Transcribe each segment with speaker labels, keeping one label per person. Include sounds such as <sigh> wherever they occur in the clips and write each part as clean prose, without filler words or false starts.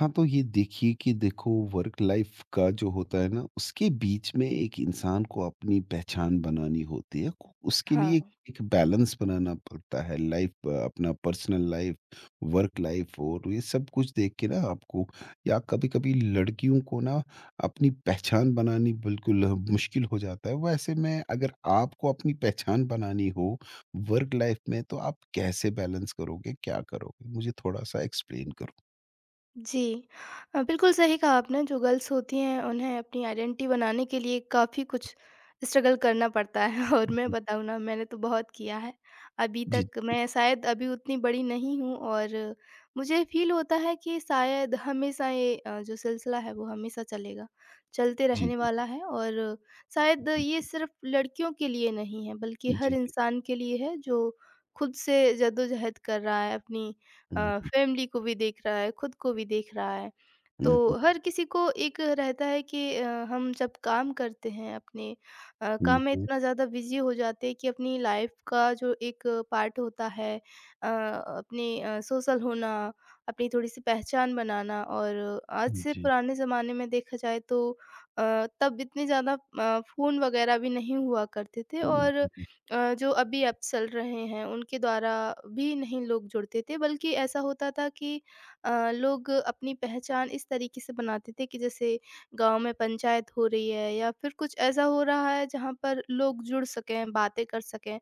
Speaker 1: हाँ, तो ये देखिए कि देखो वर्क लाइफ का जो होता है ना, उसके बीच में एक इंसान को अपनी पहचान बनानी होती है। उसके लिए
Speaker 2: हाँ,
Speaker 1: एक बैलेंस बनाना पड़ता है लाइफ अपना पर्सनल लाइफ, वर्क लाइफ और ये सब कुछ देख के ना आपको या कभी-कभी लड़कियों को ना अपनी पहचान बनानी बिल्कुल मुश्किल हो जाता है। वैसे में अगर आपको अपनी पहचान बनानी हो वर्क लाइफ में तो आप कैसे बैलेंस करोगे? क्या करोगे? मुझे थोड़ा-सा एक्सप्लेन करो।
Speaker 2: जी। बिल्कुल सही कहा आपने। जो गर्ल्स होती हैं उन्हें अपनी आइडेंटिटी बनाने के लिए काफ़ी कुछ स्ट्रगल करना पड़ता है <laughs> और मैं बताऊँ ना, मैंने तो बहुत किया है। अभी
Speaker 1: जी,
Speaker 2: तक
Speaker 1: जी,
Speaker 2: मैं शायद अभी उतनी बड़ी नहीं हूँ, और मुझे फ़ील होता है कि शायद हमेशा ये जो सिलसिला है वो हमेशा चलेगा, चलते
Speaker 1: जी,
Speaker 2: रहने वाला है। और शायद
Speaker 1: जी,
Speaker 2: ये
Speaker 1: जी,
Speaker 2: सिर्फ़ लड़कियों के लिए नहीं है, बल्कि
Speaker 1: जी,
Speaker 2: हर
Speaker 1: जी।
Speaker 2: इंसान के लिए है जो खुद से जद्दोजहद कर रहा है, अपनी अ,
Speaker 1: हुँ, हुँ,
Speaker 2: <laughs> फैमिली को भी देख रहा है, खुद को भी देख रहा है। तो
Speaker 1: हुँ,
Speaker 2: हर किसी को एक रहता है कि हम जब काम करते हैं अपने
Speaker 1: हुँ,
Speaker 2: काम में
Speaker 1: हुँ,
Speaker 2: इतना ज़्यादा बिजी हो जाते हैं कि अपनी लाइफ का जो एक पार्ट होता है अपने सोशल होना, अपनी थोड़ी सी पहचान बनाना। और आज
Speaker 1: हुँ,
Speaker 2: से
Speaker 1: जी,
Speaker 2: पुराने ज़माने में देखा जाए तो अ, तब इतने ज़्यादा फ़ोन वगैरह भी नहीं हुआ करते थे,
Speaker 1: हुँ,
Speaker 2: और
Speaker 1: जी, जी,
Speaker 2: जो अभी ऐप चल रहे हैं उनके द्वारा भी नहीं लोग जुड़ते थे। बल्कि ऐसा होता था कि लोग अपनी पहचान इस तरीके से बनाते थे कि जैसे गांव में पंचायत हो रही है या फिर कुछ ऐसा हो रहा है जहाँ पर लोग जुड़ सकें, बातें कर सकें।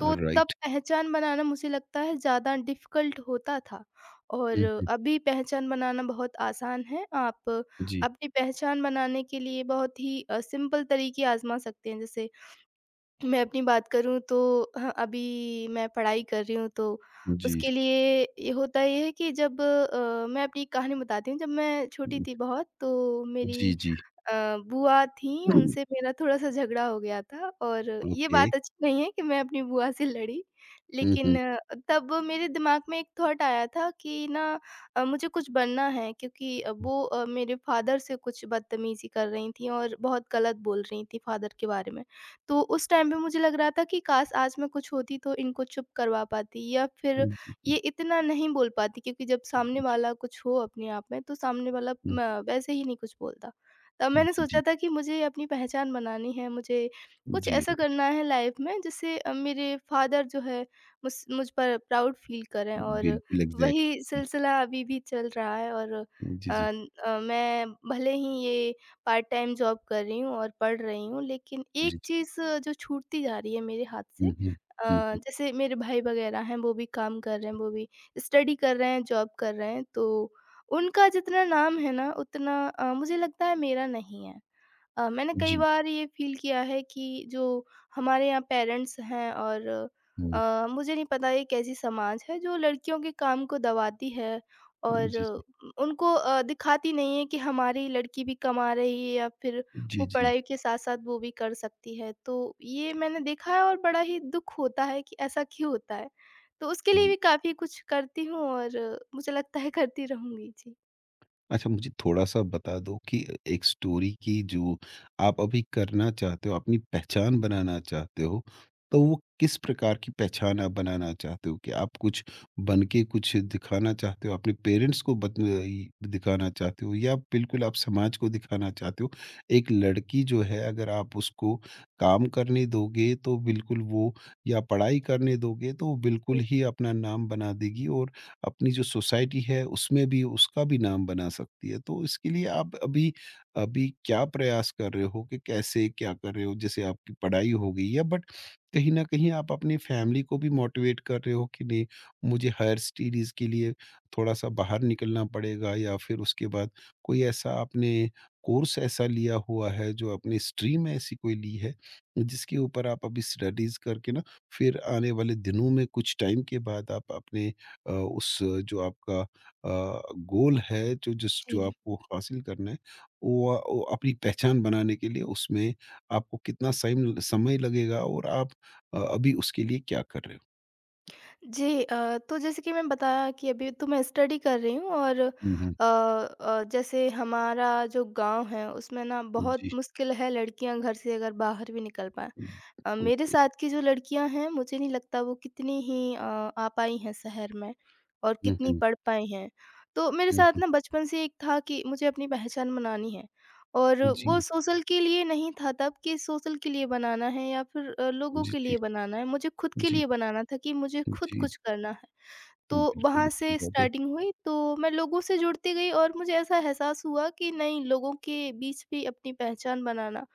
Speaker 2: तो तब
Speaker 1: राइट।
Speaker 2: पहचान बनाना मुझे लगता है ज़्यादा डिफ़िकल्ट होता था, और
Speaker 1: हुँ, हुँ,
Speaker 2: अभी पहचान बनाना बहुत आसान है। आप
Speaker 1: जी,
Speaker 2: अपनी पहचान बनाने के लिए बहुत ही सिंपल तरीके आज़मा सकते हैं। जैसे मैं अपनी बात करूँ तो हाँ, अभी मैं पढ़ाई कर रही हूँ। तो
Speaker 1: जी,
Speaker 2: उसके लिए ये होता ये है कि जब मैं अपनी कहानी बताती हूँ, जब मैं छोटी थी बहुत, तो मेरी
Speaker 1: जी, जी,
Speaker 2: अ, बुआ थीं,
Speaker 1: हम्म,
Speaker 2: उनसे मेरा थोड़ा-सा झगड़ा हो गया था। और ये
Speaker 1: ओके।
Speaker 2: बात अच्छी नहीं है कि मैं अपनी बुआ से लड़ी।
Speaker 1: हुँ,
Speaker 2: लेकिन
Speaker 1: हुँ,
Speaker 2: तब मेरे दिमाग में एक थॉट आया था कि ना, मुझे कुछ बनना है। क्योंकि वो मेरे फादर से कुछ बदतमीज़ी कर रही थीं और बहुत गलत बोल रही थीं फादर के बारे में। तो उस टाइम पे मुझे लग रहा था कि काश आज मैं कुछ होती तो इनको चुप करवा पाती, या फिर
Speaker 1: हुँ, जी,
Speaker 2: ये
Speaker 1: जी,
Speaker 2: इतना नहीं बोल पाती। क्योंकि जब सामने
Speaker 1: जी,
Speaker 2: वाला कुछ हो अपने आप में, तो सामने वाला म वैसे ही नहीं कुछ बोलता। तब
Speaker 1: हुँ,
Speaker 2: मैंने
Speaker 1: जी,
Speaker 2: सोचा
Speaker 1: जी,
Speaker 2: था कि मुझे अपनी पहचान बनानी है, मुझे कुछ
Speaker 1: जी,
Speaker 2: ऐसा
Speaker 1: राइट,
Speaker 2: करना है लाइफ में जिससे मेरे फ़ादर जो है मुझ मुझ पर प्राउड फ़ील करें। और
Speaker 1: बिल्कुल
Speaker 2: वही
Speaker 1: एग्ज़ैक्टली,
Speaker 2: सिलसिला अभी भी चल रहा है। और
Speaker 1: जी, जी,
Speaker 2: मैं भले ही ये पार्ट टाइम जॉब कर रही हूँ और पढ़ रही हूँ, लेकिन एक
Speaker 1: जी, जी,
Speaker 2: चीज़ जो छूटती जा रही है मेरे हाथ से।
Speaker 1: हुँ, हुँ, हुँ,
Speaker 2: जैसे मेरे भाई वग़ैरह हैं, वो भी काम कर रहे हैं,
Speaker 1: जी,
Speaker 2: वो भी स्टडी कर रहे हैं, जॉब कर रहे हैं। तो उनका जितना नाम है ना, उतना मुझे लगता है मेरा नहीं है। मैंने कई
Speaker 1: जी,
Speaker 2: बार ये फ़ील किया है कि जो हमारे यहाँ पेरेंट्स हैं, और
Speaker 1: हुँ,
Speaker 2: मुझे नहीं पता ये कैसी समाज है जो लड़कियों के काम को दबाती है,
Speaker 1: जी,
Speaker 2: और
Speaker 1: जी,
Speaker 2: उनको दिखाती नहीं है कि हमारी लड़की भी कमा रही है, या फिर वो
Speaker 1: जी, जी।
Speaker 2: पढ़ाई के साथ-साथ वो भी कर सकती है। तो ये मैंने देखा है, और बड़ा ही दुःख होता है कि ऐसा क्यों होता है? तो उसके लिए
Speaker 1: जी।
Speaker 2: भी काफ़ी कुछ करती हूँ और मुझे लगता है करती रहूँगी। जी।
Speaker 1: अच्छा, मुझे थोड़ा-सा बता दो कि एक स्टोरी की जो आप अभी करना चाहते हो, अपनी पहचान बनाना चाहते हो, तो वो किस प्रकार की पहचान आप बनाना चाहते हो? कि आप कुछ बन के कुछ दिखाना चाहते हो, अपने पेरेंट्स को बत ई दिखाना चाहते हो या बिल्कुल आप समाज को दिखाना चाहते हो? एक लड़की जो है अगर आप उसको काम करने दोगे तो बिल्कुल वो या पढ़ाई करने दोगे तो वो बिल्कुल
Speaker 2: जी,
Speaker 1: ही अपना नाम बना देगी और अपनी जो सोसाइटी है उसमें भी उसका भी नाम बना सकती है। तो इसके लिए आप अभी अभी क्या प्रयास कर रहे हो कि कैसे क्या कर रहे हो? जैसे आपकी पढ़ाई हो गई है बट कहीं न कहीं आप अपनी फैमिली को भी मोटिवेट कर रहे हो कि नहीं मुझे हायर स्टडीज़ के लिए थोड़ा-सा बाहर निकलना पड़ेगा या फिर उसके बाद कोई ऐसा आपने कोर्स ऐसा लिया हुआ है जो अपनी स्ट्रीम ऐसी कोई ली है, जिसके ऊपर आप अभी स्टडीज़ करके ना फिर आने वाले दिनों में कुछ टाइम के बाद आप अपने उस जो आपका गोल है जो
Speaker 2: जी।
Speaker 1: आपको हासिल करना है वो अपनी पहचान बनाने के लिए उसमें आपको कितना समय समय लगेगा और आप अभी उसके लिए क्या कर रहे
Speaker 2: जी, तो जैसे कि मैंने बताया कि अभी तो मैं स्टडी कर रही हूँ। और
Speaker 1: हुँ, हुँ। हो?
Speaker 2: जैसे हमारा जो गाँव है उसमें ना, बहुत
Speaker 1: जी,
Speaker 2: मुश्किल है लड़कियाँ घर से अगर बाहर भी निकल पाएँ। मेरे
Speaker 1: ओके।
Speaker 2: साथ की जो लड़कियां हैं, मुझे नहीं लगता वो कितनी ही आ पाई हैं शहर में और
Speaker 1: हुँ,
Speaker 2: कितनी
Speaker 1: हुँ,
Speaker 2: पढ़ पाई हैं। तो मेरे
Speaker 1: हुँ,
Speaker 2: साथ
Speaker 1: हुँ।
Speaker 2: ना बचपन से एक था कि मुझे अपनी पहचान बनानी है। और
Speaker 1: जी,
Speaker 2: वो सोशल के लिए नहीं था तब कि सोशल के लिए बनाना है, या फिर लोगों
Speaker 1: जी,
Speaker 2: के
Speaker 1: जी,
Speaker 2: लिए बनाना है। मुझे खुद के
Speaker 1: जी,
Speaker 2: लिए बनाना था कि मुझे खुद
Speaker 1: जी,
Speaker 2: कुछ करना है। तो
Speaker 1: बिल्कुल
Speaker 2: वहां
Speaker 1: अच्छी
Speaker 2: से
Speaker 1: बात है।
Speaker 2: स्टार्टिंग हुई। तो मैं लोगों से जुड़ती गई और मुझे ऐसा एहसास हुआ कि नहीं, लोगों के बीच भी अपनी पहचान बनाना,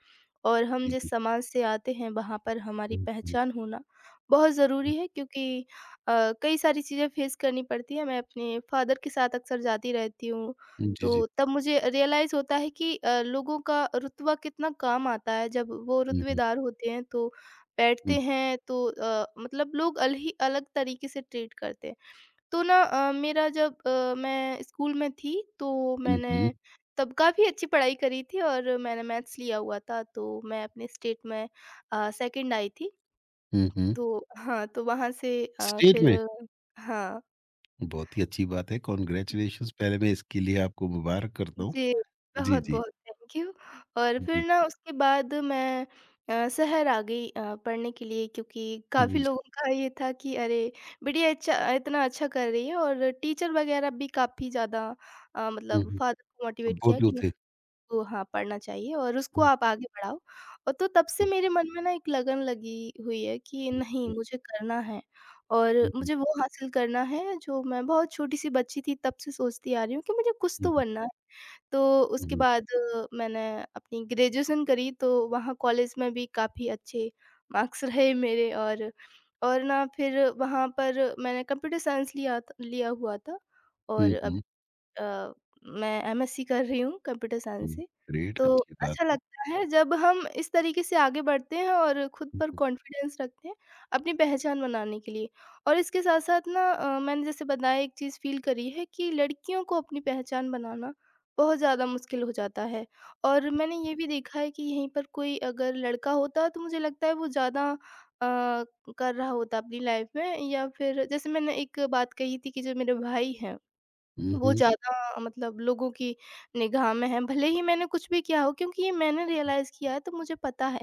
Speaker 2: और हम
Speaker 1: जी,
Speaker 2: जिस
Speaker 1: जी।
Speaker 2: समाज से आते हैं वहाँ पर हमारी
Speaker 1: हुँ, हुँ,
Speaker 2: पहचान होना बहुत
Speaker 1: हुँ।
Speaker 2: ज़रूरी है। क्योंकि कई सारी चीज़ें फेस करनी पड़ती हैं। मैं अपने फादर के साथ अक्सर जाती रहती हूँ,
Speaker 1: जी,
Speaker 2: तो
Speaker 1: जी।
Speaker 2: तब मुझे रियलाइज़ होता है कि लोगों का रुतबा कितना काम आता है। जब वो
Speaker 1: हुँ, हुँ,
Speaker 2: रुतबेदार होते हैं, तो
Speaker 1: हुँ,
Speaker 2: बैठते हैं तो मतलब लोग अलही अलग तरीके से ट्रीट करते हैं। तो ना, मेरा जब मैं स्कूल में थी, तो
Speaker 1: हुँ,
Speaker 2: मैंने
Speaker 1: हुँ,
Speaker 2: तब काफ़ी अच्छी पढ़ाई करी थी और मैंने मैथ्स लिया हुआ था। तो मैं अपने स्टेट में सेकंड आई थी।
Speaker 1: हुँ, हुँ।
Speaker 2: तो हाँ, तो वहाँ से
Speaker 1: स्टेट
Speaker 2: फिर
Speaker 1: में?
Speaker 2: हाँ।
Speaker 1: बहुत ही अच्छी बात है, कांग्रेचुलेशंस पहले मैं इसके लिए आपको मुबारक करता हूँ।
Speaker 2: जी,
Speaker 1: जी, जी।
Speaker 2: बहुत-बहुत थैंक यू। और
Speaker 1: जी,
Speaker 2: फिर
Speaker 1: जी।
Speaker 2: ना उसके बाद मैं शहर आ गई पढ़ने के लिए। क्योंकि काफ़ी लोगों का ये था कि अरे! बिटिया अच्छा, इतना अच्छा कर रही है। और टीचर वगैरह भी काफ़ी ज़्यादा
Speaker 1: हुँ,
Speaker 2: मतलब
Speaker 1: हुँ।
Speaker 2: फादर को
Speaker 1: तो
Speaker 2: मोटिवेट
Speaker 1: गो
Speaker 2: किया कि
Speaker 1: टू
Speaker 2: नहीं,
Speaker 1: थे।
Speaker 2: तो हाँ, पढ़ना चाहिए और उसको
Speaker 1: हुँ,
Speaker 2: आप आगे बढ़ाओ। और तो तब से
Speaker 1: हुँ,
Speaker 2: मेरे मन में ना एक लगन लगी हुई है कि
Speaker 1: हुँ,
Speaker 2: नहीं,
Speaker 1: हुँ,
Speaker 2: मुझे करना है। और
Speaker 1: हुँ, हुँ,
Speaker 2: मुझे वो हासिल करना है जो मैं बहुत छोटी-सी बच्ची थी तब से सोचती आ रही हूँ कि मुझे कुछ
Speaker 1: हुँ,
Speaker 2: तो बनना है। तो उसके
Speaker 1: हुँ,
Speaker 2: बाद मैंने अपनी ग्रेजुएशन करी, तो वहाँ कॉलेज में भी काफ़ी अच्छे मार्क्स रहे मेरे। और ना फिर वहाँ पर मैंने कंप्यूटर साइंस लिया हुआ था।
Speaker 1: हुँ,
Speaker 2: और अब
Speaker 1: हुँ,
Speaker 2: अ, मैं एमएससी कर रही हूँ कंप्यूटर
Speaker 1: हुँ।
Speaker 2: साइंस से।
Speaker 1: ग्रेट
Speaker 2: तो
Speaker 1: अच्छी बात
Speaker 2: अच्छा
Speaker 1: है।
Speaker 2: लगता है जब हम इस तरीके से आगे बढ़ते हैं और खुद
Speaker 1: हुँ,
Speaker 2: पर
Speaker 1: हुँ,
Speaker 2: कॉन्फिडेंस रखते हैं, अपनी पहचान बनाने के लिए। और इसके साथ-साथ ना, मैंने जैसे बताया, एक चीज़ फ़ील करी है कि लड़कियों को अपनी पहचान बनाना बहुत ज़्यादा मुश्किल हो जाता है। और मैंने ये भी देखा है कि यहीं पर कोई अगर लड़का होता, तो मुझे लगता है वो ज़्यादा कर रहा होता अपनी लाइफ़ में। या फिर जैसे मैंने एक बात कही थी कि जो मेरे भाई हैं,
Speaker 1: हुँ,
Speaker 2: वो
Speaker 1: हुँ,
Speaker 2: ज़्यादा मतलब लोगों की निगाह में है, भले ही मैंने कुछ भी किया हो। क्योंकि ये मैंने रियलाइज़ किया है, तो मुझे पता है।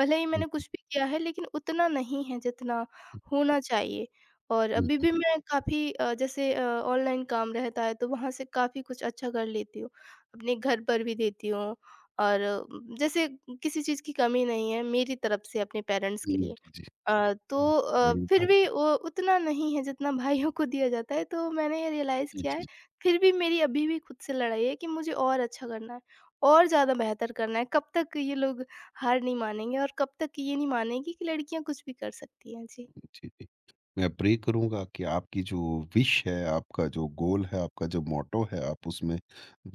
Speaker 2: भले ही
Speaker 1: हुँ,
Speaker 2: मैंने कुछ भी किया है, लेकिन उतना नहीं है जितना होना चाहिए। और
Speaker 1: हुँ,
Speaker 2: अभी भी मैं काफ़ी जैसे ऑनलाइन काम रहता है, तो वहाँ से काफ़ी कुछ अच्छा कर लेती हूँ। अपने घर पर भी देती हूँ और जैसे किसी चीज़ की कमी नहीं है मेरी तरफ से अपने पेरेंट्स
Speaker 1: हुँ,
Speaker 2: के लिए।
Speaker 1: जी, जी।
Speaker 2: तो
Speaker 1: हुँ, बड़ी
Speaker 2: फिर भी
Speaker 1: बात
Speaker 2: वो उतना नहीं है जितना भाइयों को दिया जाता है। तो मैंने ये रियलाइज़
Speaker 1: जी,
Speaker 2: किया है।
Speaker 1: जी।
Speaker 2: फिर भी मेरी अभी भी खुद से लड़ाई है कि मुझे और अच्छा करना है, और ज़्यादा बेहतर करना है। कब तक ये लोग हार नहीं मानेंगे, और कब तक ये नहीं मानेंगे कि लड़कियाँ कुछ भी कर सकती हैं। जी,
Speaker 1: जी, जी। मैं प्रे करूँगा कि आपकी जो विश है, आपका जो गोल है, आपका जो मोट्टो है, आप उसमें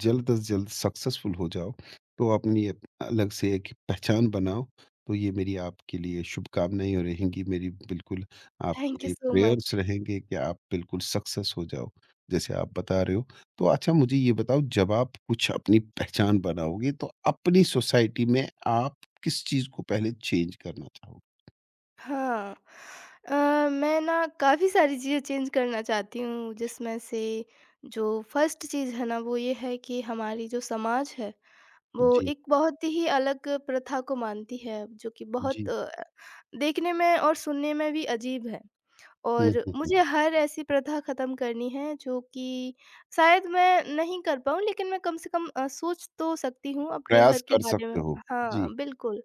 Speaker 1: जल्द से जल्द सक्सेसफुल हो जाओ। तो अपनी एक अलग से एक पहचान बनाओ। तो ये मेरी आपके लिए शुभकामनाएँ रहेंगी मेरी बिल्कुल आपके
Speaker 2: थैंक यू
Speaker 1: लिए
Speaker 2: सो
Speaker 1: प्रेयर्स
Speaker 2: मच।
Speaker 1: रहेंगे कि आप बिल्कुल सक्सेस हो जाओ, जैसे आप बता रहे हो। तो अच्छा मुझे ये बताओ जब आप कुछ अपनी पहचान बनाओगे तो अपनी सोसाइटी में आप किस चीज़ को पहले चेंज करना चाहोगे?
Speaker 2: हाँ। मैं ना काफ़ी सारी चीज़ें चेंज करना चाहती हूँ,
Speaker 1: जी,
Speaker 2: जिसमें से जो फर्स्ट चीज़ है ना, वो ये है कि हमारी जो समाज है, वो
Speaker 1: जी,
Speaker 2: एक बहुत ही अलग प्रथा को मानती है जो कि बहुत
Speaker 1: जी।
Speaker 2: देखने में और सुनने में भी अजीब है।
Speaker 1: हुँ,
Speaker 2: और
Speaker 1: हुँ, हुँ।
Speaker 2: मुझे हर ऐसी प्रथा ख़त्म करनी है, जो कि शायद मैं नहीं कर पाऊँ, लेकिन मैं कम से कम सोच तो सकती हूँ अपने घर
Speaker 1: प्रयास
Speaker 2: के
Speaker 1: कर
Speaker 2: बारे
Speaker 1: सकते
Speaker 2: में।
Speaker 1: हो। जी।
Speaker 2: हाँ, बिल्कुल।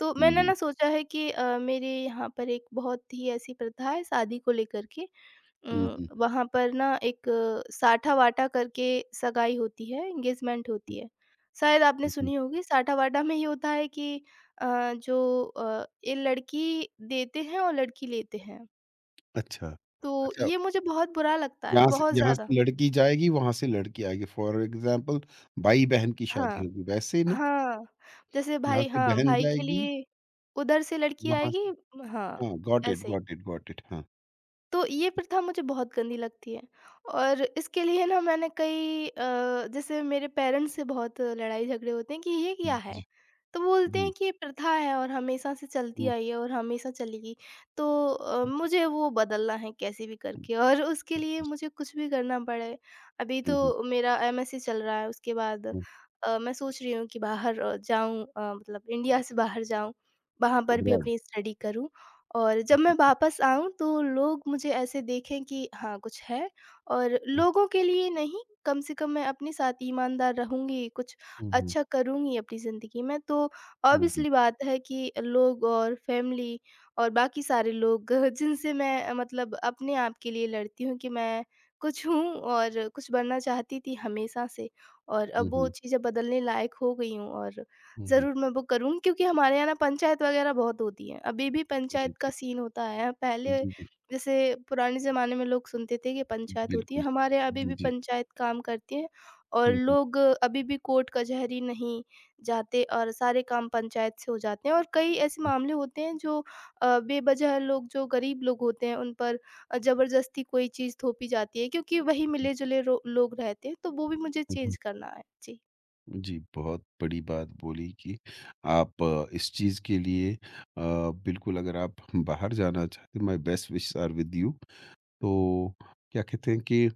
Speaker 2: तो
Speaker 1: हुँ,
Speaker 2: मैंने
Speaker 1: हुँ।
Speaker 2: ना सोचा है कि मेरे यहाँ पर एक बहुत ही ऐसी प्रथा है शादी को लेकर के।
Speaker 1: हुँ, हुँ,
Speaker 2: वहाँ पर ना एक साठा-वाटा करके सगाई होती है, एंगेजमेंट
Speaker 1: हुँ,
Speaker 2: होती है। शायद आपने
Speaker 1: हुँ, हुँ।
Speaker 2: सुनी होगी, साठा-वाटा में ये होता है कि अ, जो ये लड़की देते हैं और लड़की लेते हैं।
Speaker 1: अच्छा,
Speaker 2: तो
Speaker 1: अच्छा
Speaker 2: ये मुझे बहुत बुरा लगता है,
Speaker 1: यहाँ से
Speaker 2: बहुत
Speaker 1: यहाँ
Speaker 2: ज़्यादा।
Speaker 1: से लड़की जाएगी, वहाँ से लड़की आएगी। फ़ॉर एग्ज़ाम्पल भाई-बहन की
Speaker 2: हाँ,
Speaker 1: शादी होगी, वैसे ही ना,
Speaker 2: हाँ, जैसे
Speaker 1: यहाँ
Speaker 2: भाई,
Speaker 1: से
Speaker 2: हाँ,
Speaker 1: बहन
Speaker 2: भाई के
Speaker 1: जाएगी,
Speaker 2: लिए उधर से लड़की
Speaker 1: वहाँ
Speaker 2: आएगी।
Speaker 1: से
Speaker 2: हाँ,
Speaker 1: हाँ, गॉट इट,
Speaker 2: ऐसे ही।
Speaker 1: Got it, got it. हाँ।
Speaker 2: तो ये प्रथा मुझे बहुत गंदी लगती है। और इसके लिए ना मैंने कई जैसे मेरे पेरेंट्स से बहुत लड़ाई झगड़े होते हैं कि ये क्या
Speaker 1: जी,
Speaker 2: है।
Speaker 1: जी।
Speaker 2: तो
Speaker 1: हुँ,
Speaker 2: बोलते
Speaker 1: जी,
Speaker 2: हैं कि ये प्रथा है और हमेशा से चलती आई है और हमेशा चलेगी। तो
Speaker 1: हुँ, जी।
Speaker 2: मुझे वो बदलना है कैसे भी करके, और उसके लिए मुझे कुछ भी करना पड़े। अभी
Speaker 1: हुँ, हुँ,
Speaker 2: तो मेरा एमएससी चल रहा है, उसके बाद
Speaker 1: हुँ।
Speaker 2: मैं सोच रही हूँ कि बाहर जाऊं, मतलब इंडिया से बाहर जाऊं, वहां पर भी
Speaker 1: अब्रॉड।
Speaker 2: अपनी स्टडी करूं। और जब
Speaker 1: हुँ,
Speaker 2: मैं
Speaker 1: हुँ,
Speaker 2: वापस आऊँ तो लोग मुझे ऐसे देखें कि हाँ, कुछ है। और लोगों के लिए नहीं, कम से कम मैं अपने साथ ईमानदार रहूँगी, कुछ
Speaker 1: हुँ,
Speaker 2: अच्छा करूँगी अपनी ज़िंदगी में। तो
Speaker 1: हुँ, हुँ,
Speaker 2: ऑब्वियसली बात है कि लोग और फैमिली और बाकी सारे लोग <laughs> जिनसे मैं मतलब अपने आप के लिए लड़ती हूँ कि मैं कुछ हूँ और कुछ बनना चाहती थी हमेशा से, और
Speaker 1: हुँ,
Speaker 2: अब वो
Speaker 1: हुँ,
Speaker 2: चीज़ें बदलने लायक हो गई हूँ और
Speaker 1: हुँ, हुँ।
Speaker 2: ज़रूर मैं वो करूँगी क्योंकि हमारे यहाँ ना पंचायत वगैरह बहुत होती है। अभी भी
Speaker 1: जी,
Speaker 2: पंचायत का
Speaker 1: जी।
Speaker 2: सीन होता है। पहले
Speaker 1: जी, जी।
Speaker 2: जैसे पुराने ज़माने में लोग सुनते थे कि पंचायत होती है,
Speaker 1: बिल्कुल।
Speaker 2: हमारे यहाँ अभी
Speaker 1: जी,
Speaker 2: भी
Speaker 1: जी।
Speaker 2: पंचायत काम करती है और
Speaker 1: हुँ, हुँ,
Speaker 2: लोग अभी भी कोर्ट कचहरी नहीं जाते और सारे काम पंचायत से हो जाते हैं और कई ऐसे
Speaker 1: हुँ।
Speaker 2: मामले होते हैं जो बेवजह लोग जो गरीब लोग होते हैं उन पर ज़बरदस्ती कोई चीज़ थोपी जाती है क्योंकि वही
Speaker 1: जी।
Speaker 2: मिले-जुले रो लोग रहते हैं, तो वो भी मुझे
Speaker 1: हुँ,
Speaker 2: चेंज
Speaker 1: हुँ।
Speaker 2: करना है। जी।
Speaker 1: जी, बहुत बड़ी बात बोली कि आप इस चीज़ के लिए बिल्कुल अगर आप बाहर जाना चाहते हैं my best wishes are with you. तो क्या कहते हैं कि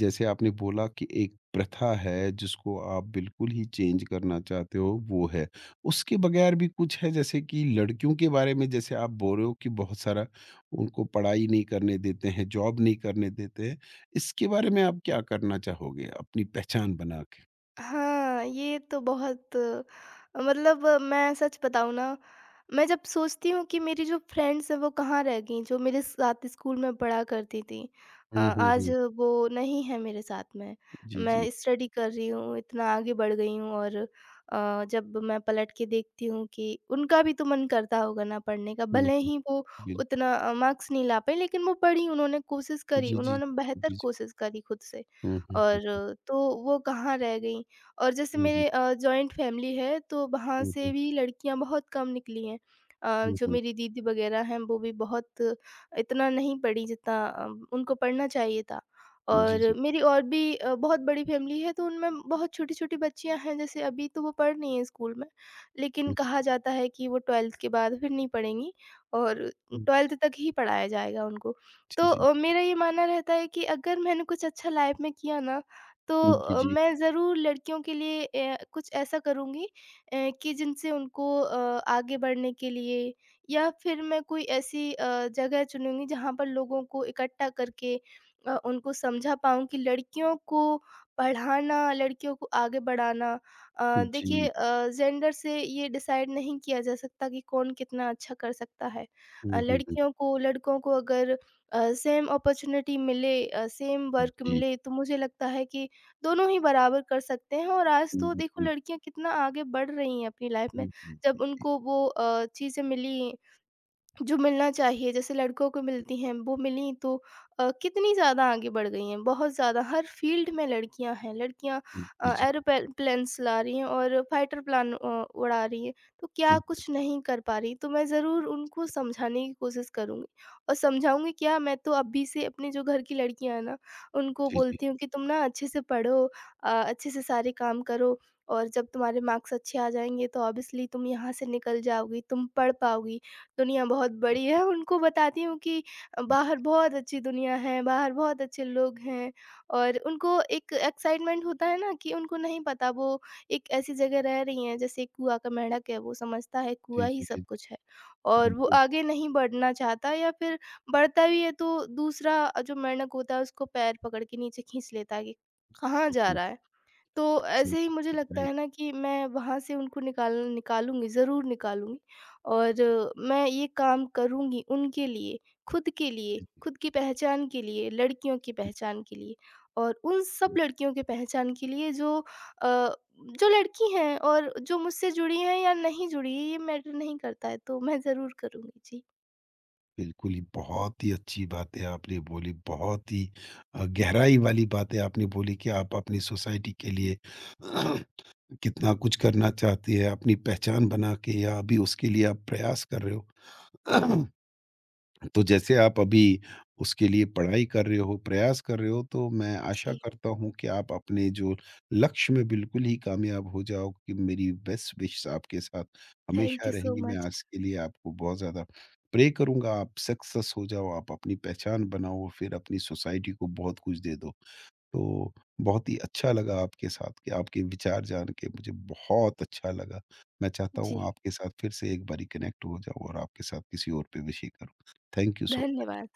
Speaker 1: जैसे आपने बोला कि एक प्रथा है जिसको आप बिल्कुल ही चेंज करना चाहते हो वो है। उसके बगैर भी कुछ है जैसे कि लड़कियों के बारे में जैसे आप बोल रहे हो कि बहुत सारा उनको पढ़ाई नहीं करने देते हैं, जॉब नहीं करने देते हैं। इसके बारे में आप क्या करना चाहोगे अपनी पहचान बना के?
Speaker 2: हाँ, ये तो बहुत, मतलब मैं सच बताऊँ ना, मैं जब सोचती हूँ कि मेरी जो फ्रेंड्स हैं वो कहाँ रह गईं, जो मेरे साथ स्कूल में पढ़ा करती थीं।
Speaker 1: हुँ, हुँ,
Speaker 2: आज
Speaker 1: हुँ।
Speaker 2: वो नहीं है मेरे साथ में।
Speaker 1: जी, जी।
Speaker 2: मैं स्टडी कर रही हूँ, इतना आगे बढ़ गई हूँ और जब मैं पलट के देखती हूँ कि उनका भी तो मन करता होगा ना पढ़ने का,
Speaker 1: हुँ,
Speaker 2: भले
Speaker 1: हुँ।
Speaker 2: ही वो
Speaker 1: बिल्कुल।
Speaker 2: उतना मार्क्स नहीं ला पाईं लेकिन वो पढ़ीं, उन्होंने कोशिश करी,
Speaker 1: जी, जी।
Speaker 2: उन्होंने बेहतर
Speaker 1: जी, जी।
Speaker 2: कोशिश करी खुद से।
Speaker 1: हुँ, हुँ, हुँ।
Speaker 2: और तो वो कहाँ रह गईं। और जैसे
Speaker 1: हुँ, हुँ।
Speaker 2: मेरे, जॉइंट फैमिली है तो वहाँ
Speaker 1: हुँ,
Speaker 2: से
Speaker 1: हुँ।
Speaker 2: भी लड़कियाँ बहुत कम निकली हैं।
Speaker 1: हुँ,
Speaker 2: जो
Speaker 1: हुँ।
Speaker 2: मेरी दीदी वगैरह हैं वो भी बहुत इतना नहीं पढ़ी जितना उनको पढ़ना चाहिए था।
Speaker 1: जी,
Speaker 2: और
Speaker 1: जी।
Speaker 2: मेरी और भी बहुत बड़ी फैमिली है तो उनमें बहुत छोटी-छोटी बच्चियाँ हैं, जैसे अभी तो वो पढ़ रही हैं स्कूल में। लेकिन
Speaker 1: हुँ,
Speaker 2: कहा जाता है कि वो 12th के बाद फिर नहीं पढ़ेंगी और
Speaker 1: हुँ।
Speaker 2: 12th तक ही पढ़ाया जाएगा उनको।
Speaker 1: जी,
Speaker 2: तो
Speaker 1: जी।
Speaker 2: मेरा ये मानना रहता है कि अगर मैंने कुछ अच्छा लाइफ़ में किया ना तो
Speaker 1: हुँ, जी, जी।
Speaker 2: मैं ज़रूर लड़कियों के लिए कुछ ऐसा करूँगी, कि जिनसे उनको आगे बढ़ने के लिए, या फिर मैं कोई ऐसी जगह चुनूँगी जहाँ पर लोगों को इकट्ठा करके उनको समझा पाऊँ कि लड़कियों को पढ़ाना, लड़कियों को आगे बढ़ाना। अ, देखिए,
Speaker 1: जी।
Speaker 2: जेंडर से ये डिसाइड नहीं किया जा सकता कि कौन कितना अच्छा कर सकता है।
Speaker 1: हुँ, हुँ, हुँ,
Speaker 2: लड़कियों को लड़कों को अगर सेम अपॉर्च्युनिटी मिले, सेम
Speaker 1: हुँ।
Speaker 2: वर्क
Speaker 1: जी।
Speaker 2: मिले तो मुझे लगता है कि दोनों ही बराबर कर सकते हैं। और आज
Speaker 1: हुँ,
Speaker 2: तो देखो
Speaker 1: बिल्कुल।
Speaker 2: लड़कियाँ कितना आगे बढ़ रही हैं अपनी लाइफ में।
Speaker 1: हुँ, हुँ।
Speaker 2: जब उनको वो चीज़ें मिली जो मिलना चाहिए जैसे लड़कों को मिलती हैं वो मिली, तो कितनी ज़्यादा आगे बढ़ गई हैं, बहुत ज़्यादा हर फील्ड में लड़कियां हैं। लड़कियां
Speaker 1: हुँ, जी, जी।
Speaker 2: एरोप्लेन्स ला रही हैं और फाइटर प्लान उड़ा रही हैं, तो क्या
Speaker 1: हुँ,
Speaker 2: कुछ नहीं कर पा रही। तो मैं ज़रूर उनको समझाने की कोशिश करूंगी और समझाऊंगी क्या, मैं तो अभी से अपने जो घर की लड़कियां हैं ना उनको
Speaker 1: जी, जी।
Speaker 2: बोलती हूँ कि तुम ना अच्छे से पढ़ो, अच्छे से सारे काम करो और जब तुम्हारे मार्क्स अच्छे आ जाएंगे तो ऑब्वियसली तुम यहाँ से निकल जाओगी, तुम पढ़ पाओगी। दुनिया बहुत बड़ी है, उनको बताती हूँ कि
Speaker 1: हुँ,
Speaker 2: बाहर बहुत अच्छी दुनिया है, बाहर बहुत अच्छे लोग हैं और उनको एक एक्साइटमेंट होता है ना कि उनको नहीं पता वो एक ऐसी जगह रह रही हैं, जैसे कुआँ का मेंढक है, वो समझता है
Speaker 1: जी,
Speaker 2: कुआँ ही
Speaker 1: जी,
Speaker 2: सब
Speaker 1: जी।
Speaker 2: कुछ है और वो
Speaker 1: बिल्कुल।
Speaker 2: आगे नहीं बढ़ना चाहता या फिर बढ़ता भी है तो दूसरा जो मेंढक होता है उसको पैर पकड़ के नीचे खींच लेता है कि कहाँ
Speaker 1: जी,
Speaker 2: जा
Speaker 1: जी।
Speaker 2: रहा है? तो
Speaker 1: सही
Speaker 2: ऐसे ही मुझे
Speaker 1: बात
Speaker 2: लगता
Speaker 1: है।
Speaker 2: है ना कि मैं वहाँ से उनको निकाल निकालूँगी, ज़रूर निकालूँगी। और मैं ये काम करूँगी उनके लिए, खुद के लिए, खुद की पहचान के लिए, लड़कियों की पहचान के लिए और उन सब लड़कियों की पहचान के लिए जो जो लड़की हैं और जो मुझसे जुड़ी हैं या नहीं जुड़ी हैं, ये मैटर नहीं करता है, तो मैं ज़रूर करूँगी। जी।
Speaker 1: बिल्कुल ही बहुत ही अच्छी बातें आपने बोली, बहुत ही गहराई वाली बातें आपने बोली कि आप अपनी सोसाइटी के लिए कितना कुछ करना चाहती है, अपनी पहचान बना के या अभी उसके लिए आप प्रयास कर रहे हो। <clears throat> तो जैसे आप अभी उसके लिए पढ़ाई कर रहे हो, प्रयास कर रहे हो, तो मैं आशा
Speaker 2: जी।
Speaker 1: करता हूँ कि आप अपने जो लक्ष्य में बिल्कुल ही कामयाब हो जाओ कि मेरी बेस्ट विशेस आपके साथ
Speaker 2: थैंक
Speaker 1: हमेशा
Speaker 2: यू सो
Speaker 1: रहेंगी। मैं
Speaker 2: मच।
Speaker 1: आज के लिए आपको बहुत ज़्यादा प्रे करूँगा, आप सक्सेस हो जाओ, आप अपनी पहचान बनाओ, फिर अपनी सोसाइटी को बहुत कुछ दे दो। तो बहुत ही अच्छा लगा आपके साथ के आपके विचार जान के मुझे बहुत अच्छा लगा। मैं चाहता
Speaker 2: जी,
Speaker 1: हूँ आपके साथ फिर से एक बारी कनेक्ट हो जाऊँ और आपके साथ किसी और पे विषय करूँ। Thank you so much.
Speaker 2: धन्यवाद।